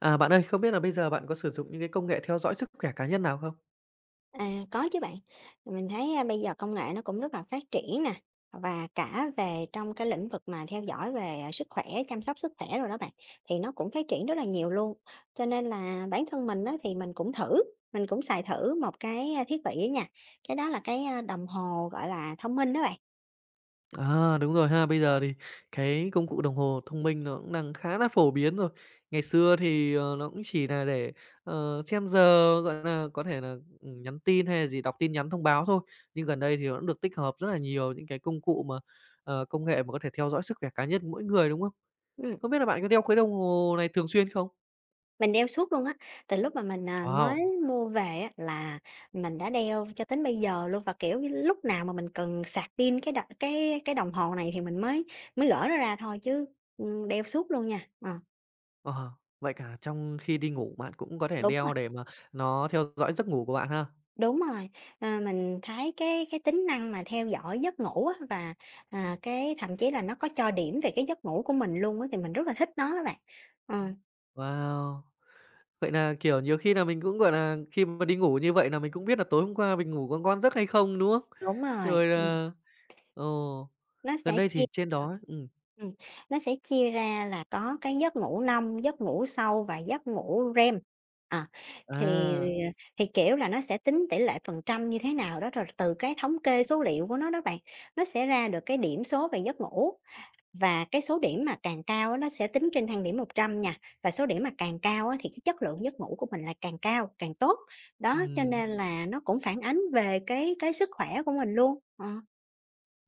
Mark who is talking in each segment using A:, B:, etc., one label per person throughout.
A: À, bạn ơi, không biết là bây giờ bạn có sử dụng những cái công nghệ theo dõi sức khỏe cá nhân nào không?
B: À, có chứ bạn. Mình thấy, bây giờ công nghệ nó cũng rất là phát triển nè, và cả về trong cái lĩnh vực mà theo dõi về, sức khỏe, chăm sóc sức khỏe rồi đó bạn, thì nó cũng phát triển rất là nhiều luôn. Cho nên là bản thân mình đó thì mình cũng thử, mình cũng xài thử một cái, thiết bị á nha, cái đó là cái, đồng hồ, gọi là, thông minh đó bạn.
A: À, đúng rồi ha. Bây giờ thì cái công cụ đồng hồ thông minh nó cũng đang khá là phổ biến rồi. Ngày xưa thì, nó cũng chỉ là để, xem giờ, gọi là có thể là nhắn tin hay là gì, đọc tin nhắn thông báo thôi. Nhưng gần đây thì nó cũng được tích hợp rất là nhiều những cái công cụ mà, công nghệ mà có thể theo dõi sức khỏe cá nhân mỗi người, đúng không?
B: Ừm.
A: Không biết là bạn có đeo cái đồng hồ này thường xuyên không?
B: Mình đeo suốt luôn á, từ lúc mà mình, mới
A: Wow!
B: mua về á là mình đã đeo cho đến bây giờ luôn và, kiểu như, lúc nào mà mình cần sạc pin cái đ cái đồng hồ này thì mình mới mới gỡ nó ra thôi chứ, đeo suốt luôn nha. Ờ,
A: Ờ, vậy cả trong khi đi ngủ bạn cũng có thể
B: Đúng rồi,
A: đeo để mà nó theo dõi giấc ngủ của bạn ha?
B: đúng rồi, mình thấy cái tính năng mà theo dõi giấc ngủ á và, cái thậm chí là nó có cho điểm về cái giấc ngủ của mình luôn á thì mình rất là thích nó á bạn. Ờ,
A: Wow! Vậy nà, kiểu, nhiều khi nà mình cũng, gọi nà, khi mà đi ngủ như vậy nà mình cũng biết là tối hôm qua mình ngủ có ngon giấc hay không, đúng không?
B: Đúng rồi.
A: Rồi là ồ,
B: Nó
A: gần
B: sẽ
A: đây
B: chia
A: thì trên
B: ờ,
A: đó
B: ừm, nó sẽ chia ra là có cái giấc ngủ nông, giấc ngủ sâu và giấc ngủ REM. À, thì
A: à,
B: thì, kiểu là, nó sẽ tính tỷ lệ phần trăm như thế nào đó, rồi từ cái thống kê số liệu của nó đó bạn, nó sẽ ra được cái điểm số về giấc ngủ. Và cái số điểm mà càng cao á nó sẽ tính trên thang điểm 100 nha, và số điểm mà càng cao á thì cái chất lượng giấc ngủ của mình là càng cao, càng tốt. Đó, cho
A: ừm,
B: nên là nó cũng phản ánh về cái sức khỏe của mình luôn. Ờ,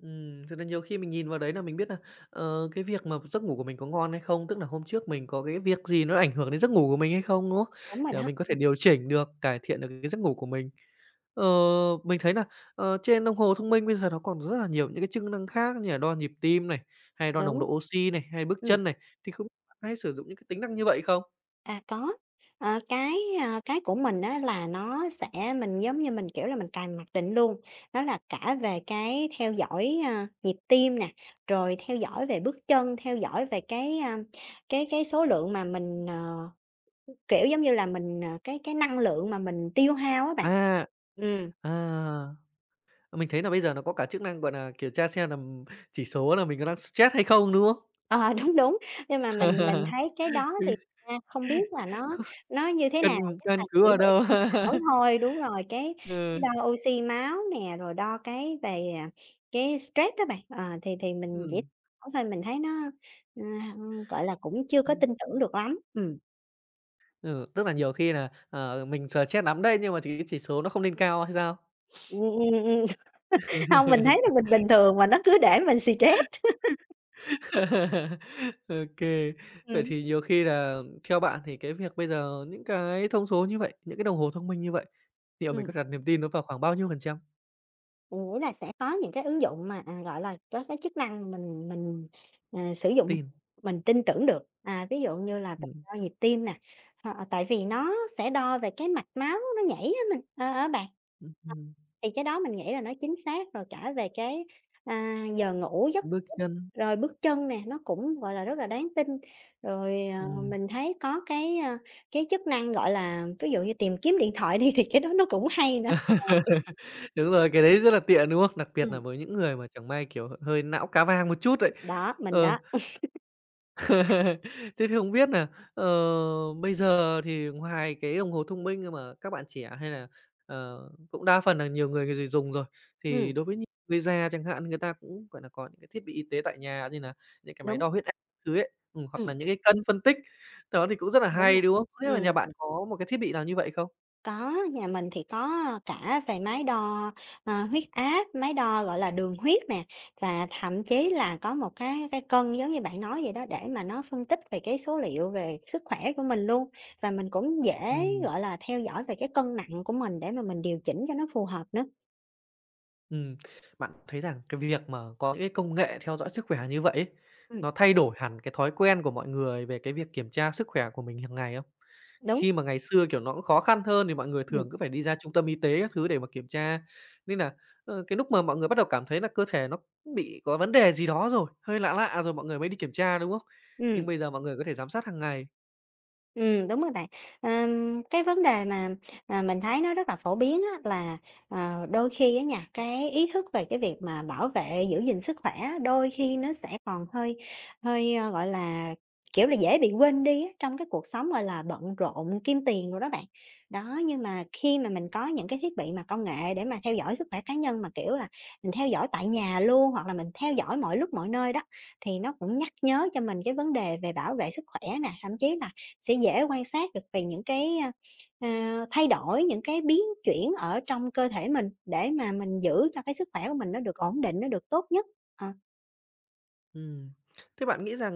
A: cho nên nhiều khi mình nhìn vào đấy nà mình biết nà, cái việc mà giấc ngủ của mình có ngon hay không, tức nà hôm trước mình có cái việc gì nó ảnh hưởng đến giấc ngủ của mình hay không, đúng không?
B: Đúng rồi
A: Để mà
B: đó.
A: mình có thể
B: Ừ.
A: điều chỉnh được, cải thiện được cái giấc ngủ của mình. Ờ, mình thấy là trên đồng hồ thông minh bây giờ nó còn rất là nhiều những cái chức năng khác như là đo nhịp tim này, hay đo nồng
B: Đúng.
A: độ oxy này, hay bước
B: Ừm,
A: chân này, thì không biết bạn hay sử dụng những cái tính năng như vậy không?
B: có. Ờ, cái, cái của mình á là giống như mình, kiểu là, mình cài mặc định luôn, đó là cả về cái theo dõi, nhịp tim nè, rồi theo dõi về bước chân, theo dõi về cái, cái số lượng mà mình, kiểu, giống như là, mình, cái năng lượng mà mình tiêu hao á bạn.
A: À,
B: Ừm.
A: à, mình thấy là bây giờ nó có cả chức năng, gọi là kiểm tra xem là chỉ số là mình có đang stress hay không, đúng không?
B: Ờ, Đúng, đúng, nhưng mà mình thấy cái đó thì
A: Ừ,
B: thật ra không biết là nó
A: kh
B: nó như thế nào,
A: căn
B: chắc là
A: căn cứ
B: chỉ
A: vào
B: để
A: đâu?
B: tham khảo thôi. Đúng rồi, cái
A: Ừ,
B: đo oxy máu nè, rồi đo cái về, cái stress đó bạn, thì mình chỉ
A: ừm.
B: khảo thôi, mình thấy nó, ờ, gọi là, cũng chưa có
A: Ừm,
B: tin tưởng được lắm.
A: ừ, tức là nhiều khi là mình stress lắm đây nhưng mà chỉ số nó không lên cao hay sao?
B: Ừm, ừm, ừm. Hông, mình thấy là mình bình thường mà nó cứ để mình stress.
A: OK. Vậy
B: Ừm,
A: thì nhiều khi là theo bạn thì cái việc bây giờ những cái thông số như vậy, những cái đồng hồ thông minh như vậy, liệu mình
B: ừm.
A: có đặt niềm tin nó vào khoảng bao nhiêu phần trăm?
B: Mình nghĩ là sẽ có những cái ứng dụng mà, gọi là, có cái chức năng mình, sử dụng,
A: Tin,
B: mình tin tưởng được. À, ví dụ như là về
A: ừm,
B: đo nhịp tim nè, tại vì nó sẽ đo về cái mạch máu nó nhảy á á bạn.
A: ừm,
B: Ờ,
A: ừm,
B: thì cái đó mình nghĩ là nó chính xác, rồi cả về cái, giấc
A: bước
B: ngủ,
A: chân,
B: rồi bước chân nè, nó cũng, gọi là, rất là đáng tin. Rồi,
A: ừm.
B: mình thấy có cái, cái chức năng, gọi là, ví dụ như tìm kiếm điện thoại đi thì cái đó nó cũng hay nữa.
A: Đúng rồi, cái đấy rất là tiện, đúng không? Đặc biệt là
B: Ừm,
A: với những người mà chẳng may, kiểu, hơi não cá vàng một chút đấy.
B: đó, mình
A: Ờ.
B: đó.
A: Thế thì không biết nà, ờ, bây giờ thì ngoài cái đồng hồ thông minh mà các bạn trẻ hay là, cũng đa phần là nhiều người người dùng rồi, thì
B: Ừm.
A: đối với những người già chẳng hạn, người ta cũng, gọi là, có những cái thiết bị y tế tại nhà như là những cái máy
B: Đúng,
A: đo huyết áp thứ ấy, hoặc
B: ừm,
A: là những cái cân phân tích, đó thì cũng rất là
B: đúng
A: hay,
B: rồi.
A: đúng không? Không biết nhà
B: Ừm,
A: bạn có một cái thiết bị nào như vậy không?
B: có, nhà mình thì có cả về máy đo, huyết áp, máy đo, gọi là, đường huyết nè, và thậm chí là có một cái cân giống như bạn nói vậy đó, để mà nó phân tích về cái số liệu về sức khỏe của mình luôn. Và mình cũng dễ,
A: Ừm.
B: gọi là, theo dõi về cái cân nặng của mình để mà mình điều chỉnh cho nó phù hợp nữa.
A: Ừm, bạn thấy rằng cái việc mà có những cái công nghệ theo dõi sức khỏe như vậy ấy,
B: Ừm,
A: nó thay đổi hẳn cái thói quen của mọi người về cái việc kiểm tra sức khỏe của mình hàng ngày không?
B: đúng,
A: Khi mà ngày xưa, kiểu, nó cũng khó khăn hơn thì mọi người
B: ừm,
A: thường cứ phải đi ra trung tâm y tế các thứ để mà kiểm tra, nên là, cái lúc mà mọi người bắt đầu cảm thấy là cơ thể nó cũng bị có vấn đề gì đó rồi, hơi lạ lạ rồi mọi người mới đi kiểm tra, đúng không?
B: ừm.
A: Nhưng bây giờ mọi người có thể giám sát hàng ngày.
B: Đúng rồi bạn. Cái vấn đề mà, mình thấy nó rất là phổ biến á là, đôi khi á nha, cái ý thức về cái việc mà bảo vệ, giữ gìn sức khỏe á, đôi khi nó sẽ còn hơi hơi, gọi là, kiểu là, dễ bị quên đi á, trong cái cuộc sống, gọi là, bận rộn, kim tiền rồi đó bạn. Đó, nhưng mà khi mà mình có những cái thiết bị mà công nghệ để mà theo dõi sức khỏe cá nhân mà, kiểu là, mình theo dõi tại nhà luôn hoặc là mình theo dõi mọi lúc mọi nơi đó, thì nó cũng nhắc nhớ cho mình cái vấn đề về bảo vệ sức khỏe nè, thậm chí là sẽ dễ quan sát được về những cái, thay đổi, những cái biến chuyển ở trong cơ thể mình để mà mình giữ cho cái sức khỏe của mình nó được ổn định, nó được tốt nhất. Ờ.
A: Ừm. Thế bạn nghĩ rằng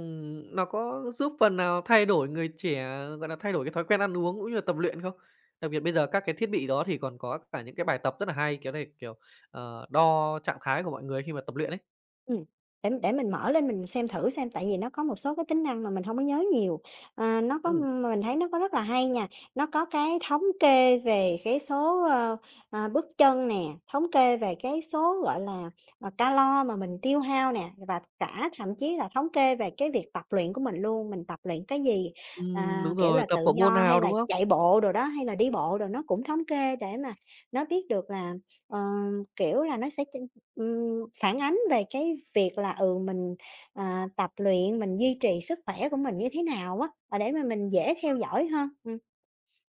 A: nó có giúp phần nào thay đổi người trẻ, gọi là, thay đổi cái thói quen ăn uống cũng như là tập luyện không? Đặc biệt bây giờ các cái thiết bị đó thì còn có cả những cái bài tập rất là hay, kiểu này, kiểu, đo trạng thái của mọi người khi mà tập luyện ấy.
B: Ừm, để mình mở lên mình xem thử xem, tại vì nó có một số cái tính năng mà mình không có nhớ nhiều. Ờ, nó có
A: Ừ,
B: mình thấy nó có rất là hay nha, nó có cái thống kê về cái số, bước chân nè, thống kê về cái số, gọi là, calo mà mình tiêu hao nè, và cả thậm chí là thống kê về cái việc tập luyện của mình luôn, mình tập luyện cái gì,
A: đúng
B: kiểu
A: rồi,
B: là, tự
A: tập bộ môn
B: do hay
A: nào,
B: là
A: đúng không?
B: chạy bộ đồ đó, hay là đi bộ đồ, nó cũng thống kê để mà nó biết được là, ờ, kiểu là, nó sẽ phản ánh về cái việc là, mình, tập luyện, mình duy trì sức khỏe của mình như thế nào á, để mà mình dễ theo dõi hơn.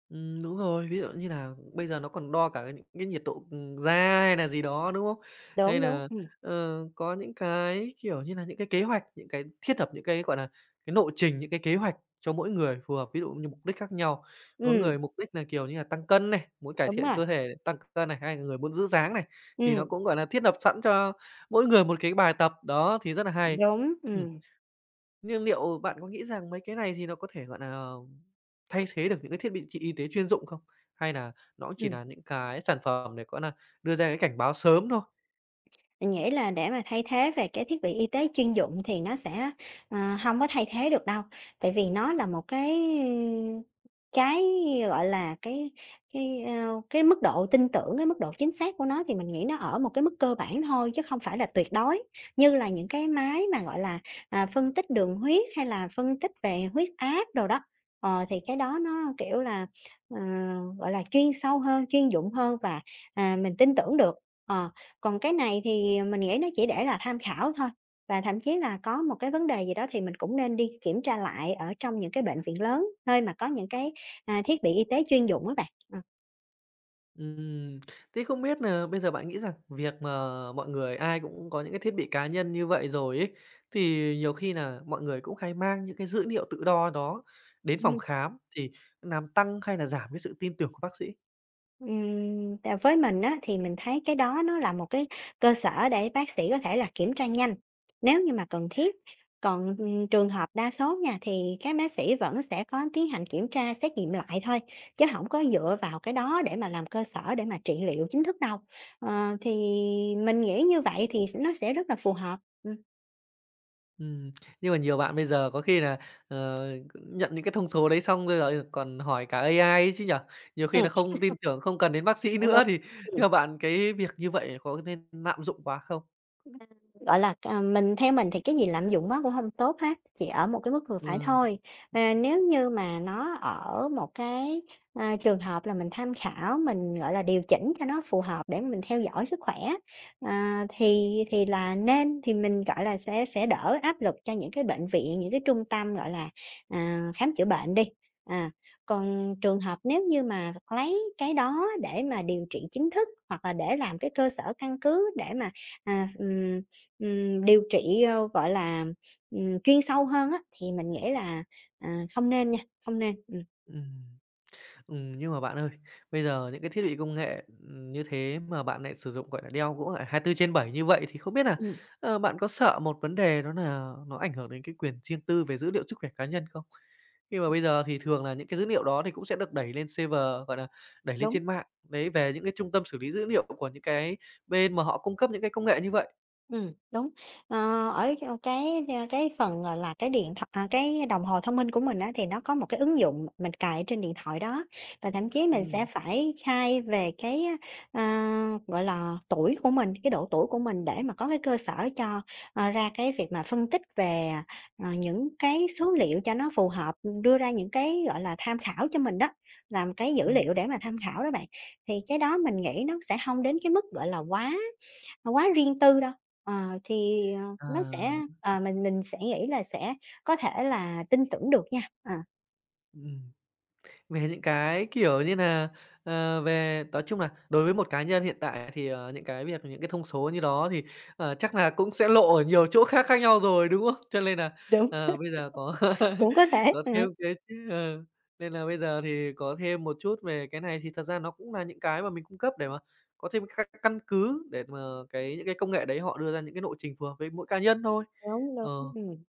A: Đúng rồi, ví dụ như là bây giờ nó còn đo cả những cái nhiệt độ, da hay là gì đó, đúng không? Hay
B: Đúng, đúng,
A: là, có những cái, kiểu như là, những cái kế hoạch, những cái thiết lập những cái, gọi là, cái lộ trình, những cái kế hoạch cho mỗi người phù hợp, ví dụ như mục đích khác nhau. Có
B: ừm,
A: người mục đích là, kiểu như là, tăng cân này, muốn cải
B: đúng
A: thiện
B: rồi,
A: cơ thể, tăng cân này, hay là người muốn giữ dáng này, thì nó
B: ừm,
A: cũng, gọi là, thiết lập sẵn cho mỗi người một cái bài tập, đó, thì rất là hay.
B: đúng,
A: Nhưng liệu bạn có nghĩ rằng mấy cái này thì nó có thể, gọi là thay thế được những cái thiết bị y tế chuyên dụng không? Hay là nó chỉ
B: ừm.
A: là những cái sản phẩm để, gọi là đưa ra cái cảnh báo sớm thôi?
B: Mình nghĩ là để mà thay thế về cái thiết bị y tế chuyên dụng thì nó sẽ, ờ, hông có thay thế được đâu, tại vì nó là một cái, gọi là, cái, cái mức độ tin tưởng, cái mức độ chính xác của nó thì mình nghĩ nó ở một cái mức cơ bản thôi chứ không phải là tuyệt đối, như là những cái máy mà, gọi là, phân tích đường huyết hay là phân tích về huyết áp đồ đó. Thì cái đó nó, kiểu là, ờ, gọi là, chuyên sâu hơn, chuyên dụng hơn và, mình tin tưởng được. Ờ. Còn cái này thì mình nghĩ nó chỉ để là tham khảo thôi, và thậm chí là có một cái vấn đề gì đó thì mình cũng nên đi kiểm tra lại ở trong những cái bệnh viện lớn, nơi mà có những cái, thiết bị y tế chuyên dụng á bạn. Ờ.
A: Ừm, thế không biết là bây giờ bạn nghĩ rằng việc mà mọi người ai cũng có những cái thiết bị cá nhân như vậy rồi ấy, thì nhiều khi là mọi người cũng hay mang những cái dữ liệu tự đo đó đến phòng khám thì làm tăng hay là giảm cái sự tin tưởng của bác sĩ?
B: Tại với mình á, thì mình thấy cái đó nó là một cái cơ sở để bác sĩ có thể là kiểm tra nhanh nếu như mà cần thiết. Còn, trường hợp đa số nha, thì các bác sĩ vẫn sẽ có tiến hành kiểm tra, xét nghiệm lại thôi, chứ không có dựa vào cái đó để mà làm cơ sở để mà trị liệu chính thức đâu. Thì mình nghĩ như vậy thì nó sẽ rất là phù hợp. Ừm.
A: Ừm, nhưng mà nhiều bạn bây giờ có khi là ờ, nhận những cái thông số đấy xong rồi giờ còn hỏi cả AI ấy chứ nhở. Nhiều khi
B: Ừm,
A: là không tin tưởng, không cần đến bác sĩ
B: cũng đúng.
A: nữa thì
B: Ừm.
A: theo bạn cái việc như vậy có nên lạm dụng quá không?
B: Gọi là, theo mình thì cái gì lạm dụng quá cũng không tốt hết, chỉ ở một cái mức vừa
A: Ờ,
B: phải thôi. À, nếu như mà nó ở một cái, trường hợp là mình tham khảo, mình, gọi là, điều chỉnh cho nó phù hợp để mình theo dõi sức khỏe, thì là nên, thì mình, gọi là, sẽ đỡ áp lực cho những cái bệnh viện, những cái trung tâm, gọi là, khám chữa bệnh đi. À, còn trường hợp nếu như mà lấy cái đó để mà điều trị chính thức hoặc là để làm cái cơ sở căn cứ để mà, à, ừm điều trị, gọi là, chuyên sâu hơn á, thì mình nghĩ là, không nên nha, không nên,
A: ừm. Nhưng mà bạn ơi, bây giờ những cái thiết bị công nghệ, như thế mà bạn lại sử dụng, gọi là, đeo cũng, lại hai mươi gọi, trên bảy như vậy thì không biết là,
B: Ừm,
A: bạn có sợ một vấn đề đó là nó ảnh hưởng đến cái quyền riêng tư về dữ liệu sức khỏe cá nhân không? Khi mà bây giờ thì thường là những cái dữ liệu đó thì cũng sẽ được đẩy lên server, gọi là, đẩy lên
B: đúng.
A: trên mạng, đấy, về những cái trung tâm xử lý dữ liệu của những cái bên mà họ cung cấp những cái công nghệ như vậy.
B: Đúng. Ở cái phần, gọi là, cái điện tho à, cái đồng hồ thông minh của mình á, thì nó có một cái ứng dụng mình cài trên điện thoại đó, và thậm chí mình sẽ
A: Ừm,
B: phải khai về cái, gọi là, tuổi của mình, cái độ tuổi của mình để mà có cái cơ sở cho, ra cái việc mà phân tích về, những cái số liệu cho nó phù hợp, đưa ra những cái, gọi là, tham khảo cho mình đó, làm cái dữ
A: ừm,
B: liệu để mà tham khảo đó bạn. Thì cái đó mình nghĩ nó sẽ không đến cái mức, gọi là, quá riêng tư đâu. Thì,
A: à,
B: mình sẽ nghĩ là sẽ có thể là tin tưởng được nha,
A: ừm. Về những cái, kiểu như là về nói chung là đối với một cá nhân hiện tại thì, những cái việc những cái thông số như đó thì, chắc là cũng sẽ lộ ở nhiều chỗ khác khác nhau rồi, đúng không? Cho nên là
B: đúng,
A: bây giờ có
B: cũng có thể,
A: có
B: ừ,
A: thêm cái chứ ờ, nên là bây giờ thì có thêm một chút về cái này thì thật ra nó cũng là những cái mà mình cung cấp để mà có thêm các căn cứ để mà cái những cái công nghệ đấy họ đưa ra những cái lộ trình phù hợp với mỗi cá nhân thôi.
B: đúng, đúng,
A: Ờ.
B: ừm,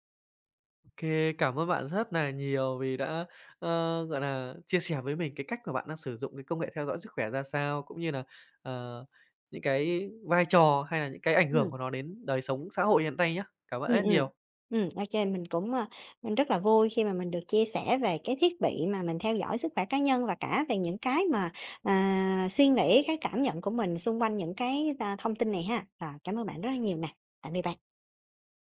A: OK, cảm ơn bạn rất là nhiều vì đã, ơ, gọi là chia sẻ với mình cái cách mà bạn đang sử dụng cái công nghệ theo dõi sức khỏe ra sao, cũng như là ờ, những cái vai trò hay là những cái ảnh hưởng
B: ừm,
A: của nó đến đời sống xã hội hiện nay nhá. Cảm ơn
B: ừm,
A: rất
B: ừm,
A: nhiều.
B: ô Mình cũng, ơ, mình rất là vui khi mà mình được chia sẻ về cái thiết bị mà mình theo dõi sức khỏe cá nhân và cả về những cái mà, suy nghĩ, cái cảm nhận của mình xung quanh những cái, thông tin này ha. Rồi, cảm ơn bạn rất là nhiều nè, tạm biệt bạn.